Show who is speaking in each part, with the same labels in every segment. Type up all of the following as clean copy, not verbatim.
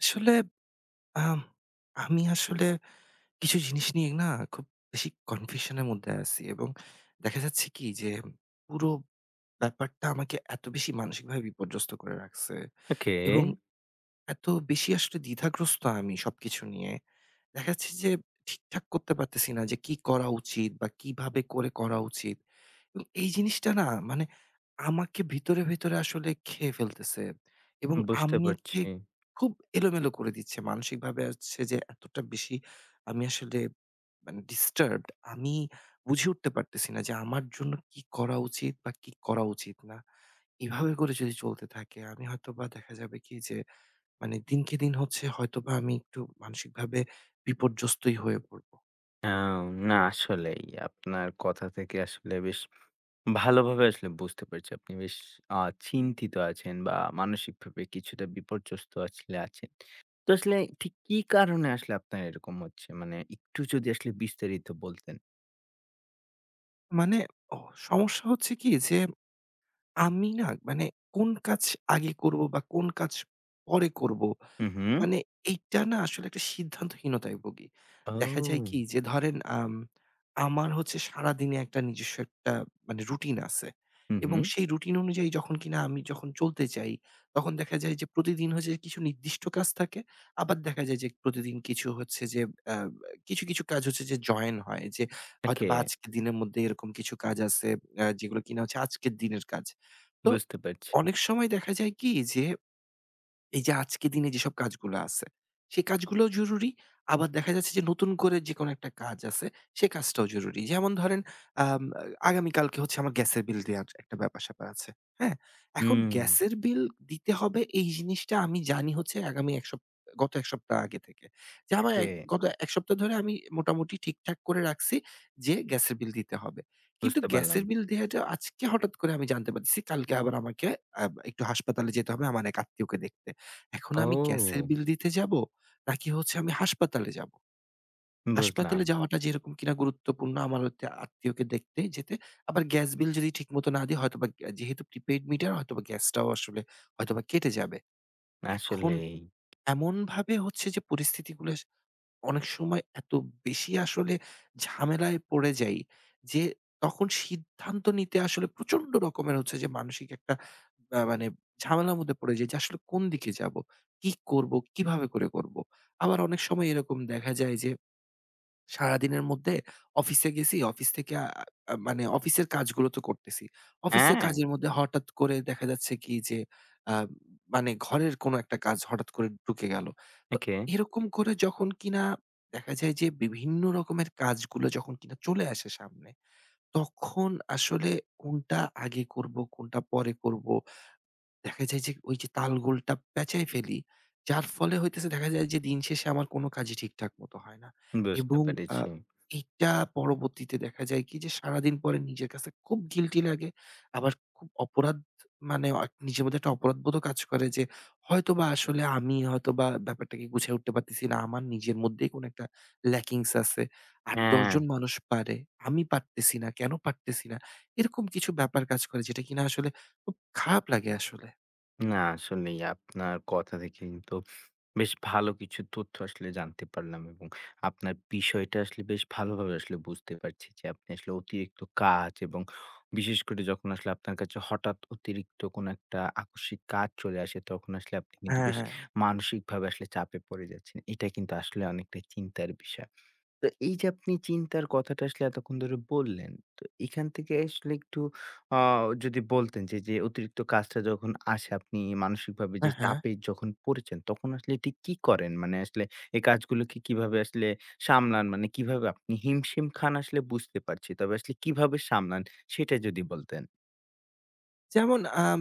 Speaker 1: আসলে আম আমি আসলে কিছু জিনিস নিয়ে না খুব বেশি কনফিউশন এর মধ্যে আছি, এবং দেখা যাচ্ছে কি যে পুরো ব্যাপারটা আমাকে এত বেশি মানসিকভাবে বিপর্যস্ত করে রাখছে,
Speaker 2: ওকে,
Speaker 1: এবং এত বেশি আসলে দ্বিধাগ্রস্ত আমি সবকিছু নিয়ে। দেখা যাচ্ছে যে ঠিকঠাক করতে পারতেছি না যে কি করা উচিত বা কিভাবে করে করা উচিত। এবং এই জিনিসটা না, মানে আমাকে ভিতরে, ভিতরে আসলে খেয়ে ফেলতেছে এবং
Speaker 2: বুঝতে পারছি।
Speaker 1: আমাকে খুব এলোমেলো করে দিচ্ছে। মানসিকভাবে হচ্ছে যে এতটা বেশি আমি আসলে মানে disturbed আমি বুঝে উঠতে পারতেছি না যে আমার জন্য কি করা উচিত বা কি করা উচিত না। এভাবে করে যদি চলতে থাকে, আমি হয়তোবা দেখা যাবে কি যে, মানে দিনকে দিন হচ্ছে হয়তোবা আমি একটু মানসিকভাবে বিপর্যস্তই হয়ে পড়ব।
Speaker 2: আও না আসলেই আপনার কথা থেকে আসলে বেশ ভালোভাবে আসলে বুঝতে পারছি। আপনি বেশ আ চিন্তিত আছেন বা মানসিকভাবে কিছুটা বিপর্যস্ত আসলে আছেন। তো আসলে ঠিক কি কারণে আসলে আপনার এরকম হচ্ছে? মানে একটু যদি আসলে বিস্তারিত বলতেন।
Speaker 1: মানে অ সমস্যা হচ্ছে কি যে আমি না, মানে কোন কাজ আগে করব বা কোন কাজ পরে করব,
Speaker 2: হুম, হুম।
Speaker 1: মানে এইটা না আসলে একটা সিদ্ধান্তহীনতায় ভুগি। দেখা যায় কি
Speaker 2: ও!
Speaker 1: যে ধরেন আমার হচ্ছে সারাদিনে একটা নিজস্ব একটা মানে রুটিন আছে।
Speaker 2: হুম,
Speaker 1: এবং
Speaker 2: হুম।
Speaker 1: সেই রুটিন অনুযায়ী যখন কিনা আমি যখন চলতে যাই, তখন দেখা যায় যে প্রতিদিন হচ্ছে কিছু নির্দিষ্ট কাজ থাকে। আবার দেখা যায় যে প্রতিদিন কিছু হচ্ছে যে আ কিছু, কিছু কাজ হচ্ছে যে জয়েন হয়, যে
Speaker 2: ওকে,
Speaker 1: হয়তোবা আজকের দিনের মধ্যে এরকম কিছু কাজ আছে যেগুলো কিনা হচ্ছে আজকের দিনের কাজ। তো
Speaker 2: বুঝতে পারছি।
Speaker 1: অনেক সময় দেখা যায় কি যে এই যে আজকে দিনে যেসব কাজগুলো আছে, সেই কাজগুলোও জরুরি। আবার দেখা যাচ্ছে যে নতুন করে যেকোনো একটা কাজ আছে, সে কাজটাও জরুরি। যেমন ধরেন আম আগামীকালকে হচ্ছে আমার গ্যাসের বিল দেওয়ার একটা ব্যাপার-স্যাপার আছে। হ্যাঁ? এখন
Speaker 2: হুম,
Speaker 1: গ্যাসের বিল দিতে হবে এই জিনিসটা আমি জানি হচ্ছে আগামী ১ সপ গত ১ সপ্তাহ আগে থেকে। যে আমার
Speaker 2: ওকে,
Speaker 1: গত ১ সপ্তাহ ধরে আমি মোটামুটি ঠিকঠাক করে রাখছি যে গ্যাসের বিল দিতে হবে। কিন্তু
Speaker 2: বুঝতে পারলাম।
Speaker 1: গ্যাসের বিল দেওয়াটা আজকে হঠাৎ করে আমি জানতে পারছি, কালকে আবার আমাকে আ একটু হাসপাতালে যেতে হবে আমার এক আত্মীয়কে দেখতে। এখন আমি গ্যাসের
Speaker 2: ও!
Speaker 1: বিল দিতে যাবো? নাকি হচ্ছে আমি হাসপাতালে যাবো? হাসপাতালে
Speaker 2: বুঝলাম।
Speaker 1: যাওয়াটা যেরকম কিনা গুরুত্বপূর্ণ আমার হচ্ছে আত্মীয়কে দেখতে যেতে, আবার গ্যাস বিল যদি ঠিকমতো না দিই হয়তোবা যেহেতু প্রিপেইড মিটার, হয়তোবা গ্যাসটাও আসলে হয়তোবা কেটে যাবে। এখন
Speaker 2: আসলেই।
Speaker 1: এমনভাবে হচ্ছে যে পরিস্থিতিগুলো অনেক সময় এত বেশি আসলে ঝামেলায় পড়ে যাই যে তখন সিদ্ধান্ত নিতে আসলে প্রচন্ড রকমের হচ্ছে যে মানসিক একটা মানে ঝামেলার মধ্যে পড়ে যাই যে আসলে কোন দিকে যাব? কি করব? কিভাবে করে করব? আবার অনেক সময় এরকম দেখা যায় যে সারাদিনের মধ্যে অফিসে গেছি, অফিস থেকে আ আ মানে অফিসের কাজগুলো তো করতেছি। অফিসের
Speaker 2: হ্যাঁ,
Speaker 1: কাজের মধ্যে হঠাৎ করে দেখা যাচ্ছে কি যে, আ মানে ঘরের কোনো একটা কাজ হঠাৎ করে ঢুকে গেল। তো
Speaker 2: ওকে।
Speaker 1: এরকম করে যখন কিনা দেখা যায় যে বিভিন্ন রকমের কাজগুলো যখন কিনা চলে আসে সামনে, তখন আসলে কোনটা আগে করব, কোনটা পরে করব, দেখা যায় যে ওই যে তালগোলটা পেঁচায় ফেলি। যার ফলে হইতেছে দেখা যায় যে দিন শেষে আমার কোনো কাজই ঠিকঠাক মতো হয় না।
Speaker 2: বুঝতে
Speaker 1: এবং আ
Speaker 2: পেরেছি।
Speaker 1: এইটা পরবর্তীতে দেখা যায় কি যে সারাদিন পরে নিজের কাছে খুব গিল্টি লাগে। আবার খুব অপরাধ, মানে নিজের মধ্যে একটা অপরাধবোধও কাজ করে যে হয়তোবা আসলে আমি হয়তোবা ব্যাপারটাকে গুছিয়ে উঠতে পারতেছি না। আমার নিজের মধ্যেই কোনো একটা ল্যাকিংস আছে। ৮-১০
Speaker 2: হ্যাঁ,
Speaker 1: জন মানুষ পারে। আমি পারতেছি না। কেন পারতেছি না? এরকম কিছু ব্যাপার কাজ করে যেটা কিনা আসলে খুব খারাপ লাগে আসলে।
Speaker 2: না আসলেই আপনার কথা থেকে কিন্তু বেশ ভালো কিছু তথ্য আসলে জানতে পারলাম এবং আপনার বিষয়টা আসলে বেশ ভালোভাবে আসলে বুঝতে পারছি যে আপনি আসলে অতিরিক্ত কাজ এবং বিশেষ করে যখন আসলে আপনার কাছে হঠাৎ অতিরিক্ত কোনো একটা আকস্মিক কাজ চলে আসে তখন আসলে আপনি কিন্তু
Speaker 1: হ্যাঁ,
Speaker 2: বেশ
Speaker 1: হ্যাঁ।
Speaker 2: মানসিকভাবে আসলে চাপে পড়ে যাচ্ছেন। এটা কিন্তু আসলে অনেকটা চিন্তার বিষয়। তো এই যে আপনি চিন্তার কথাটা আসলে এতক্ষণ ধরে বললেন, তো এখান থেকে আসলে একটু আ যদি বলতেন যে, যে অতিরিক্ত কাজটা যখন আসে আপনি মানসিকভাবে যে
Speaker 1: হ্যাঁ, হ্যাঁ।
Speaker 2: চাপে যখন পড়েছেন, তখন আসলে ঠিক কি করেন? মানে আসলে এই কাজগুলোকে কিভাবে আসলে সামলান? মানে কিভাবে আপনি হিমশিম খান আসলে বুঝতে পারছি। তবে আসলে কিভাবে সামলান সেটা যদি বলতেন?
Speaker 1: যেমন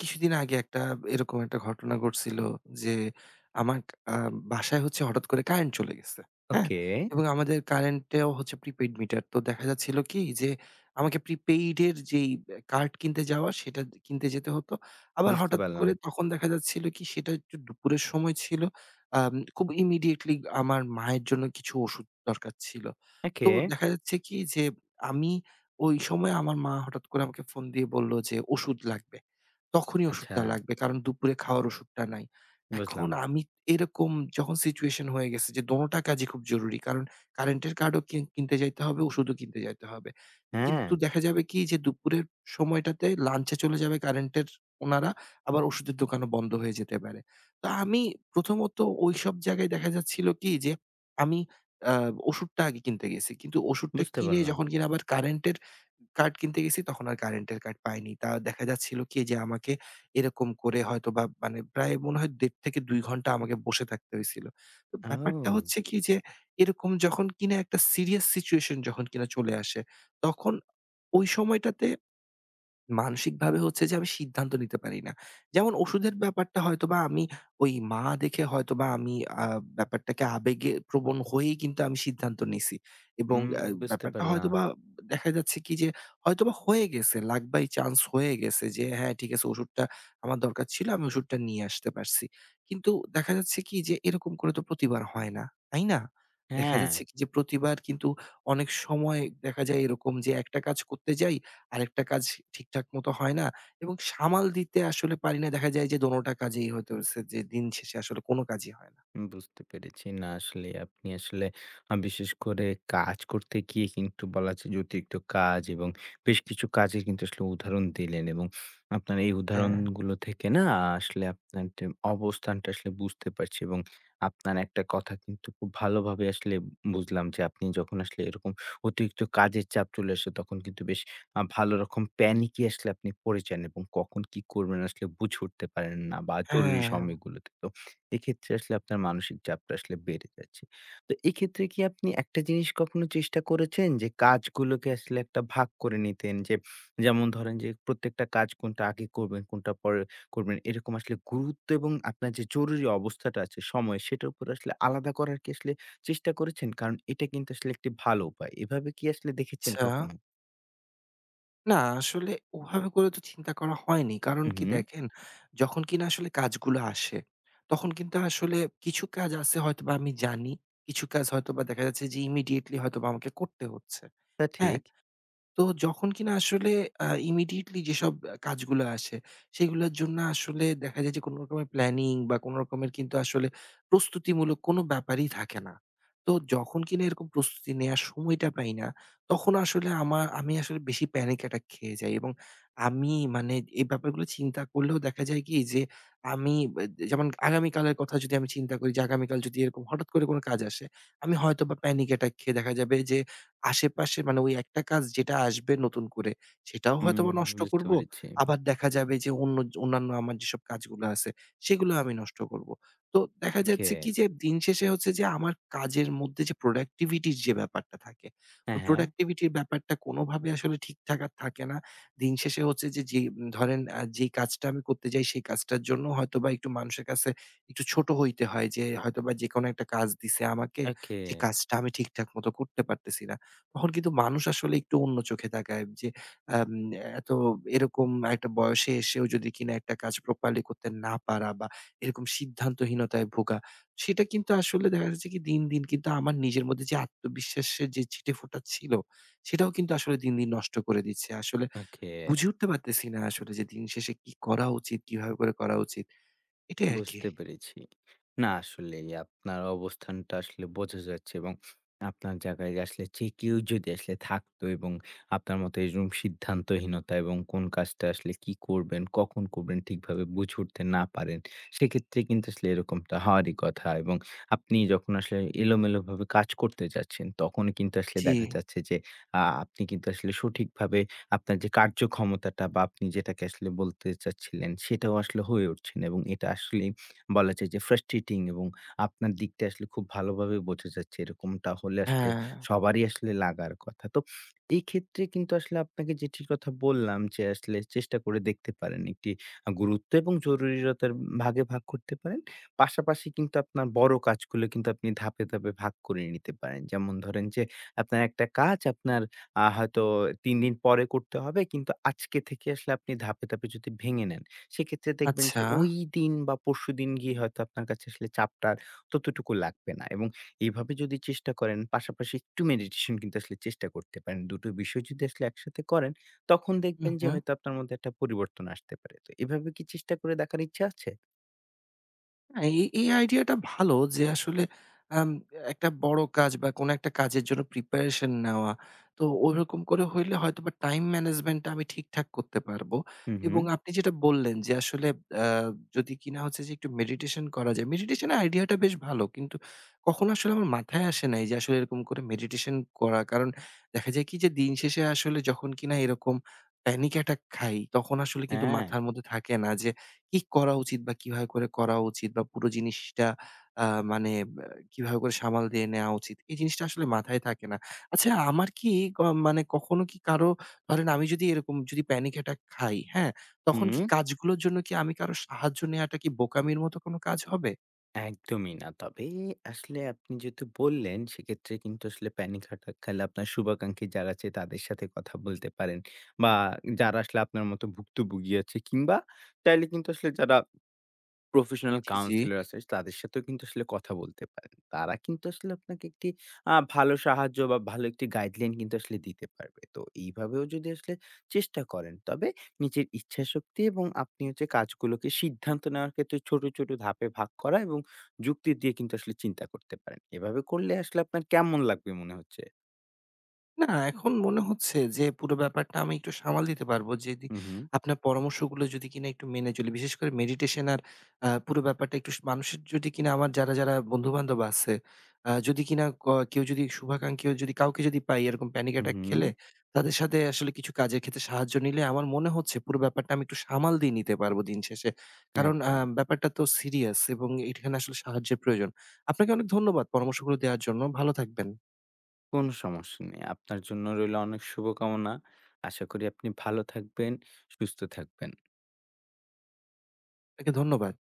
Speaker 1: কিছুদিন আগে একটা এরকম একটা ঘটনা ঘটছিল যে, আমার আ বাসায় হচ্ছে হঠাৎ করে কারেন্ট চলে গেছে। হ্যাঁ?
Speaker 2: ওকে,
Speaker 1: এবং আমাদের কারেন্টেও হচ্ছে প্রিপেইড মিটার। তো দেখা যাচ্ছিল কি যে, আমাকে প্রিপেইড এর যেই কার্ড কিনতে যাওয়া সেটা কিনতে যেতে হতো। আবার
Speaker 2: বুঝতে
Speaker 1: হঠাৎ
Speaker 2: পারলাম।
Speaker 1: করে তখন দেখা যাচ্ছিল কি সেটা একটু দুপুরের সময় ছিল। খুব ইমিডিয়েটলি আমার মায়ের জন্য কিছু ওষুধ দরকার ছিল।
Speaker 2: ওকে,
Speaker 1: তো দেখা যাচ্ছে কি যে, আমি ওই সময় আমার মা হঠাৎ করে আমাকে ফোন দিয়ে বলল যে, "ওষুধ লাগবে।" তখনই
Speaker 2: আচ্ছা
Speaker 1: ওষুধটা লাগবে। কারণ দুপুরে খাওয়ার ওষুধটা নাই। এখন
Speaker 2: বুঝলাম।
Speaker 1: আমি এরকম যখন সিচুয়েশন হয়ে গেছে যে দোনোটা কাজই খুব জরুরি। কারণ কারেন্টের কার্ডও কিনতে যাইতে হবে, ওষুধও কিনতে যাইতে হবে।
Speaker 2: হ্যাঁ,
Speaker 1: কিন্তু দেখা যাবে কি যে দুপুরের সময়টাতে লাঞ্চে চলে যাবে কারেন্টের ওনারা, আবার ওষুধের দোকানও বন্ধ হয়ে যেতে পারে। তো আমি প্রথমত ওইসব জায়গায় দেখা যাচ্ছিল কি যে আমি আ ওষুধটা আগে কিনতে গেছি। কিন্তু ওষুধটা
Speaker 2: বুঝতে
Speaker 1: কিনে
Speaker 2: পারলাম।
Speaker 1: যখন কিনা আবার কারেন্টের কার্ড কিনতে গেছি তখন আর কারেন্টের কার্ড পাইনি। তা দেখা যাচ্ছিল কি যে আমাকে এরকম করে হয়তোবা, মানে প্রায় মনে হয় ১.৫ থেকে ২ ঘন্টা আমাকে বসে থাকতে হয়েছিল। তো ব্যাপারটা
Speaker 2: ও!
Speaker 1: হচ্ছে কি যে এরকম যখন কিনা একটা সিরিয়াস সিচুয়েশন যখন কিনা চলে আসে, তখন ওই সময়টাতে মানসিকভাবে হচ্ছে যে আমি সিদ্ধান্ত নিতে পারি না। যেমন ওষুধের ব্যাপারটা হয়তোবা আমি, ওই মা দেখে হয়তোবা আমি আ ব্যাপারটাকে আবেগে প্রবণ হয়েই কিন্তু আমি সিদ্ধান্ত নিছি। এবং
Speaker 2: হুম, বুঝতে
Speaker 1: ব্যাপারটা
Speaker 2: পারলাম।
Speaker 1: হয়তোবা দেখা যাচ্ছে কি যে হয়তোবা হয়ে গেছে, লাক বাই চান্স হয়ে গেছে যে হ্যাঁ, ঠিক আছে ওষুধটা আমার দরকার ছিল, আমি ওষুধটা নিয়ে আসতে পারছি। কিন্তু দেখা যাচ্ছে কি যে এরকম করে তো প্রতিবার হয় না, তাই না? দেখা
Speaker 2: হ্যাঁ।
Speaker 1: যাচ্ছে কি যে প্রতিবার কিন্তু অনেক সময় দেখা যায় এরকম যে একটা কাজ করতে যাই, আরেকটা কাজ ঠিকঠাক মতো হয় না এবং সামাল দিতে আসলে পারি না। দেখা যায় যে দোনোটা কাজেই হতে হচ্ছে যে দিন শেষে আসলে কোনো কাজই হয় না।
Speaker 2: বুঝতে পেরেছি। না আসলে আপনি আসলে বিশেষ করে কাজ করতে গিয়ে কিন্তু বলা যায় যে অতিরিক্ত কাজ এবং বেশ কিছু কাজের কিন্তু আসলে উদাহরণ দিলেন এবং আপনার এই
Speaker 1: হ্যাঁ,
Speaker 2: উদাহরণগুলো থেকে না আসলে আপনার যে অবস্থানটা আসলে বুঝতে পারছি এবং আপনার একটা কথা কিন্তু খুব ভালোভাবে আসলে বুঝলাম যে আপনি যখন আসলে এরকম অতিরিক্ত কাজের চাপ চলে আসে তখন কিন্তু বেশ ভালো রকম প্যানিকই আসলে আপনি পড়ে যান এবং কখন কি করবেন আসলে বুঝে উঠতে পারেন না বা জরুরি
Speaker 1: হ্যাঁ,
Speaker 2: সময়গুলোতে। তো এক্ষেত্রে আসলে আপনার মানসিক চাপটা আসলে বেড়ে যাচ্ছে। তো এক্ষেত্রে কি আপনি একটা জিনিস কখনো চেষ্টা করেছেন যে কাজগুলোকে আসলে একটা ভাগ করে নিতেন? যে যেমন ধরেন যে প্রত্যেকটা কাজ কোনটা আগে করবেন, কোনটা পরে করবেন এরকম আসলে গুরুত্ব এবং আপনার যে জরুরি অবস্থাটা আছে সময় সেটার উপর আসলে আলাদা করার কি আসলে চেষ্টা করেছেন? কারণ এটা কিন্তু আসলে একটি ভালো উপায়। এভাবে কি আসলে দেখেছেন
Speaker 1: আচ্ছা।
Speaker 2: কখনো?
Speaker 1: না আসলে ওভাবে করে তো চিন্তা করা হয়নি। কারণ
Speaker 2: হু,
Speaker 1: কি
Speaker 2: হু।
Speaker 1: দেখেন, যখন কিনা আসলে কাজগুলো আসে, তখন কিন্তু আসলে কিছু কাজ আছে হয়তোবা আমি জানি। কিছু কাজ হয়তোবা দেখা যাচ্ছে যে ইমিডিয়েটলি হয়তোবা আমাকে করতে হচ্ছে।
Speaker 2: তা
Speaker 1: হ্যাঁ?
Speaker 2: ঠিক।
Speaker 1: তো যখন কিনা আসলে ইমিডিয়েটলি যেসব কাজগুলো আসে, সেগুলোর জন্য আসলে দেখা যায় যে কোন রকমের প্ল্যানিং বা কোন রকমের কিন্তু আসলে প্রস্তুতিমূলক কোন ব্যাপারই থাকে না। তো যখন কিনা এরকম প্রস্তুতি নেয়ার সময়টা পাই না, তখন আসলে আমার আমি আসলে বেশি প্যানিক অ্যাটাক খেয়ে যাই, এবং আমি মানে এই ব্যাপারগুলো চিন্তা করলেও দেখা যায় কি যে আমি বা, যেমন আগামীকালের কথা যদি আমি চিন্তা করি যে আগামীকাল যদি এরকম হঠাৎ করে কোন কাজ আসে, আমি হয়তোবা প্যানিক অ্যাটাক খেয়ে দেখা যাবে যে আশেপাশে, মানে ওই একটা কাজ যেটা আসবে নতুন করে, সেটাও
Speaker 2: হুম,
Speaker 1: হয়তোবা নষ্ট
Speaker 2: বুঝতে
Speaker 1: করব।
Speaker 2: পেরেছি।
Speaker 1: আবার দেখা যাবে যে অন্য অন্যান্য আমার যেসব কাজগুলো আছে, সেগুলো আমি নষ্ট করব। তো দেখা
Speaker 2: ওকে।
Speaker 1: যাচ্ছে কি যে দিন শেষে হচ্ছে যে আমার কাজের মধ্যে যে প্রোডাক্টিভিটির যে ব্যাপারটা থাকে,
Speaker 2: হ্যাঁ,
Speaker 1: ওই
Speaker 2: হ্যাঁ।
Speaker 1: প্রোডাক্টিভিটির ব্যাপারটা কোনোভাবে আসলে ঠিকঠাক আর থাকে না। দিন শেষে হচ্ছে যে, যে ধরেন যেই কাজটা আমি করতে যাই সেই কাজটার জন্য হয়তোবা একটু মানুষের কাছে একটু ছোট হইতে হয়, যে হয়তোবা যেকোনো একটা কাজ দিছে আমাকে,
Speaker 2: ওকে,
Speaker 1: সেই কাজটা আমি ঠিকঠাক মতো করতে পারতেছি না। তখন কিন্তু মানুষ আসলে একটু অন্য চোখে তাকায় যে আম এত এরকম একটা বয়সে এসেও যদি কিনা একটা কাজ প্রপারলি করতে না পারা বা এরকম সিদ্ধান্তহীনতায় ভোগা, সেটা কিন্তু আসলে দেখা যাচ্ছে কি দিন, দিন কিন্তু আমার নিজের মধ্যে যে আত্মবিশ্বাসের যে ছিটেফোঁটা ছিল, সেটাও কিন্তু আসলে দিন, দিন নষ্ট করে দিচ্ছে। আসলে
Speaker 2: ওকে।
Speaker 1: বুঝে উঠতে পারতেছি না আসলে যে দিন শেষে কি করা উচিত, কিভাবে করে করা উচিত? এটাই আরকি।
Speaker 2: বুঝতে পেরেছি। না আসলেই আপনার অবস্থানটা আসলে বোঝা যাচ্ছে এবং আপনার জায়গায় আসলে যে কেউ যদি আসলে থাকতো এবং আপনার মতো এরকম সিদ্ধান্তহীনতা এবং কোন কাজটা আসলে কি করবেন, কখন করবেন ঠিকভাবে বুঝে উঠতে না পারেন, সেক্ষেত্রে কিন্তু আসলে এরকমটা হওয়ারই কথা এবং আপনি যখন আসলে এলোমেলোভাবে কাজ করতে যাচ্ছেন, তখন কিন্তু আসলে
Speaker 1: জি।
Speaker 2: দেখা যাচ্ছে যে আ আপনি কিন্তু আসলে সঠিকভাবে আপনার যে কার্যক্ষমতাটা বা আপনি যেটাকে আসলে বলতে চাচ্ছিলেন, সেটাও আসলে হয়ে উঠছে না এবং এটা আসলেই বলা যায় যে ফ্রাস্ট্রেটিং এবং আপনার দিকটা আসলে খুব ভালোভাবে বোঝা যাচ্ছে। এরকমটা হলে আসলে
Speaker 1: হ্যাঁ।
Speaker 2: সবারই আসলে লাগার কথা। তো এই ক্ষেত্রে কিন্তু আসলে আপনাকে যেটির কথা বললাম যে আসলে চেষ্টা করে দেখতে পারেন। একটি গুরুত্ব এবং জরুরিতার ভাগে ভাগ করতে পারেন। পাশাপাশি কিন্তু আপনার বড় কাজগুলো কিন্তু আপনি ধাপে, ধাপে ভাগ করে নিতে পারেন। যেমন ধরেন যে আপনার একটা কাজ আপনার হয়তো ৩ দিন পরে করতে হবে। কিন্তু আজকে থেকে আসলে আপনি ধাপে, ধাপে যদি ভেঙে নেন, সেক্ষেত্রে দেখবেন যে
Speaker 1: আচ্ছা।
Speaker 2: ওই দিন বা পরশুদিন গিয়ে হয়তো আপনার কাছে আসলে চাপটা আর ততটুকু লাগবে না। এবং এইভাবে যদি চেষ্টা করেন, পাশাপাশি একটু মেডিটেশন কিন্তু আসলে চেষ্টা করতে পারেন। ২ টো বিষয় যদি আসলে একসাথে করেন, তখন
Speaker 1: হু,
Speaker 2: দেখবেন যে
Speaker 1: হু।
Speaker 2: হয়তো আপনার মধ্যে একটা পরিবর্তন আসতে পারে। তো এভাবে কি চেষ্টা করে দেখার ইচ্ছা আছে?
Speaker 1: না, এই এই আইডিয়াটা ভালো যে আসলে আম একটা বড় কাজ বা কোনো একটা কাজের জন্য প্রিপারেশন নেওয়া। তো ওইরকম করে হইলে হয়তোবা টাইম ম্যানেজমেন্টটা আমি ঠিকঠাক করতে পারবো।
Speaker 2: হু, হু।
Speaker 1: এবং আপনি যেটা বললেন যে আসলে আ যদি কিনা হচ্ছে যে একটু মেডিটেশন করা যায়। মেডিটেশন এর আইডিয়াটা বেশ ভালো। কিন্তু কখনো আসলে আমার মাথায় আসে নাই যে আসলে এরকম করে মেডিটেশন করা। কারণ দেখা যায় কি যে দিন শেষে আসলে যখন কিনা এরকম প্যানিক অ্যাটাক খাই তখন আসলে কিন্তু
Speaker 2: হ্যাঁ।
Speaker 1: মাথার মধ্যে থাকে না যে কি করা উচিত বা কিভাবে করে করা উচিত বা পুরো জিনিসটা আ মানে ব্যা কিভাবে করে সামাল দিয়ে নেওয়া উচিত? এই জিনিসটা আসলে মাথায় থাকে না। আচ্ছা, আমার কি ক মানে কখনো কি কারো, ধরেন আমি যদি এরকম যদি panic attack খাই, হ্যাঁ? তখন
Speaker 2: হুম।
Speaker 1: কি কাজগুলোর জন্য কি আমি কারো সাহায্য নেয়াটা কি বোকামির মতো কোনো কাজ হবে?
Speaker 2: একদমই না। তবে আসলে আপনি যেহেতু বললেন, সেক্ষেত্রে কিন্তু আসলে প্যানিক অ্যাটাক খেলে আপনার শুভাকাঙ্ক্ষী যারা আছে তাদের সাথে কথা বলতে পারেন বা যারা আসলে আপনার মতো ভুক্তভোগী আছে কিংবা চাইলে কিন্তু আসলে যারা প্রফেশনাল
Speaker 1: জি, জি।
Speaker 2: কাউন্সিলর আছে তাদের সাথেও কিন্তু আসলে কথা বলতে পারেন। তারা কিন্তু আসলে আপনাকে একটি ভালো সাহায্য বা ভালো একটি গাইডলাইন কিন্তু আসলে দিতে পারবে। তো এইভাবেও যদি আসলে চেষ্টা করেন, তবে নিজের ইচ্ছাশক্তি এবং আপনি হচ্ছে কাজগুলোকে সিদ্ধান্ত নেওয়ার ক্ষেত্রে ছোট, ছোট ধাপে ভাগ করা এবং যুক্তি দিয়ে কিন্তু আসলে চিন্তা করতে পারেন। এভাবে করলে আসলে আপনার কেমন লাগবে মনে হচ্ছে?
Speaker 1: না, এখন মনে হচ্ছে যে পুরো ব্যাপারটা আমি একটু সামাল দিতে পারবো। যদি
Speaker 2: হু, হু,
Speaker 1: আপনার পরামর্শগুলো যদি কিনা একটু মেনে চলি। বিশেষ করে মেডিটেশন আর পুরো ব্যাপারটা একটু মানুষের, যদি কিনা আমার যারা বন্ধু-বান্ধব আছে, যদি কিনা কেউ যদি শুভাকাঙ্ক্ষী যদি কাউকে যদি পাই এরকম প্যানিক
Speaker 2: হু,
Speaker 1: অ্যাটাক
Speaker 2: হু,
Speaker 1: খেলে, তাদের সাথে আসলে কিছু কাজের ক্ষেত্রে সাহায্য নিলে আমার মনে হচ্ছে পুরো ব্যাপারটা আমি একটু সামাল দিয়ে নিতে পারবো দিন শেষে। কারণ
Speaker 2: একদম।
Speaker 1: ব্যাপারটা তো সিরিয়াস এবং এখানে আসলে সাহায্যের প্রয়োজন। আপনাকে অনেক ধন্যবাদ পরামর্শগুলো দেওয়ার জন্য। ভালো থাকবেন।
Speaker 2: কোনো সমস্যা নেই। আপনার জন্য রইল অনেক শুভকামনা। আশা করি আপনি ভালো থাকবেন, সুস্থ থাকবেন।
Speaker 1: আপনাকে ধন্যবাদ।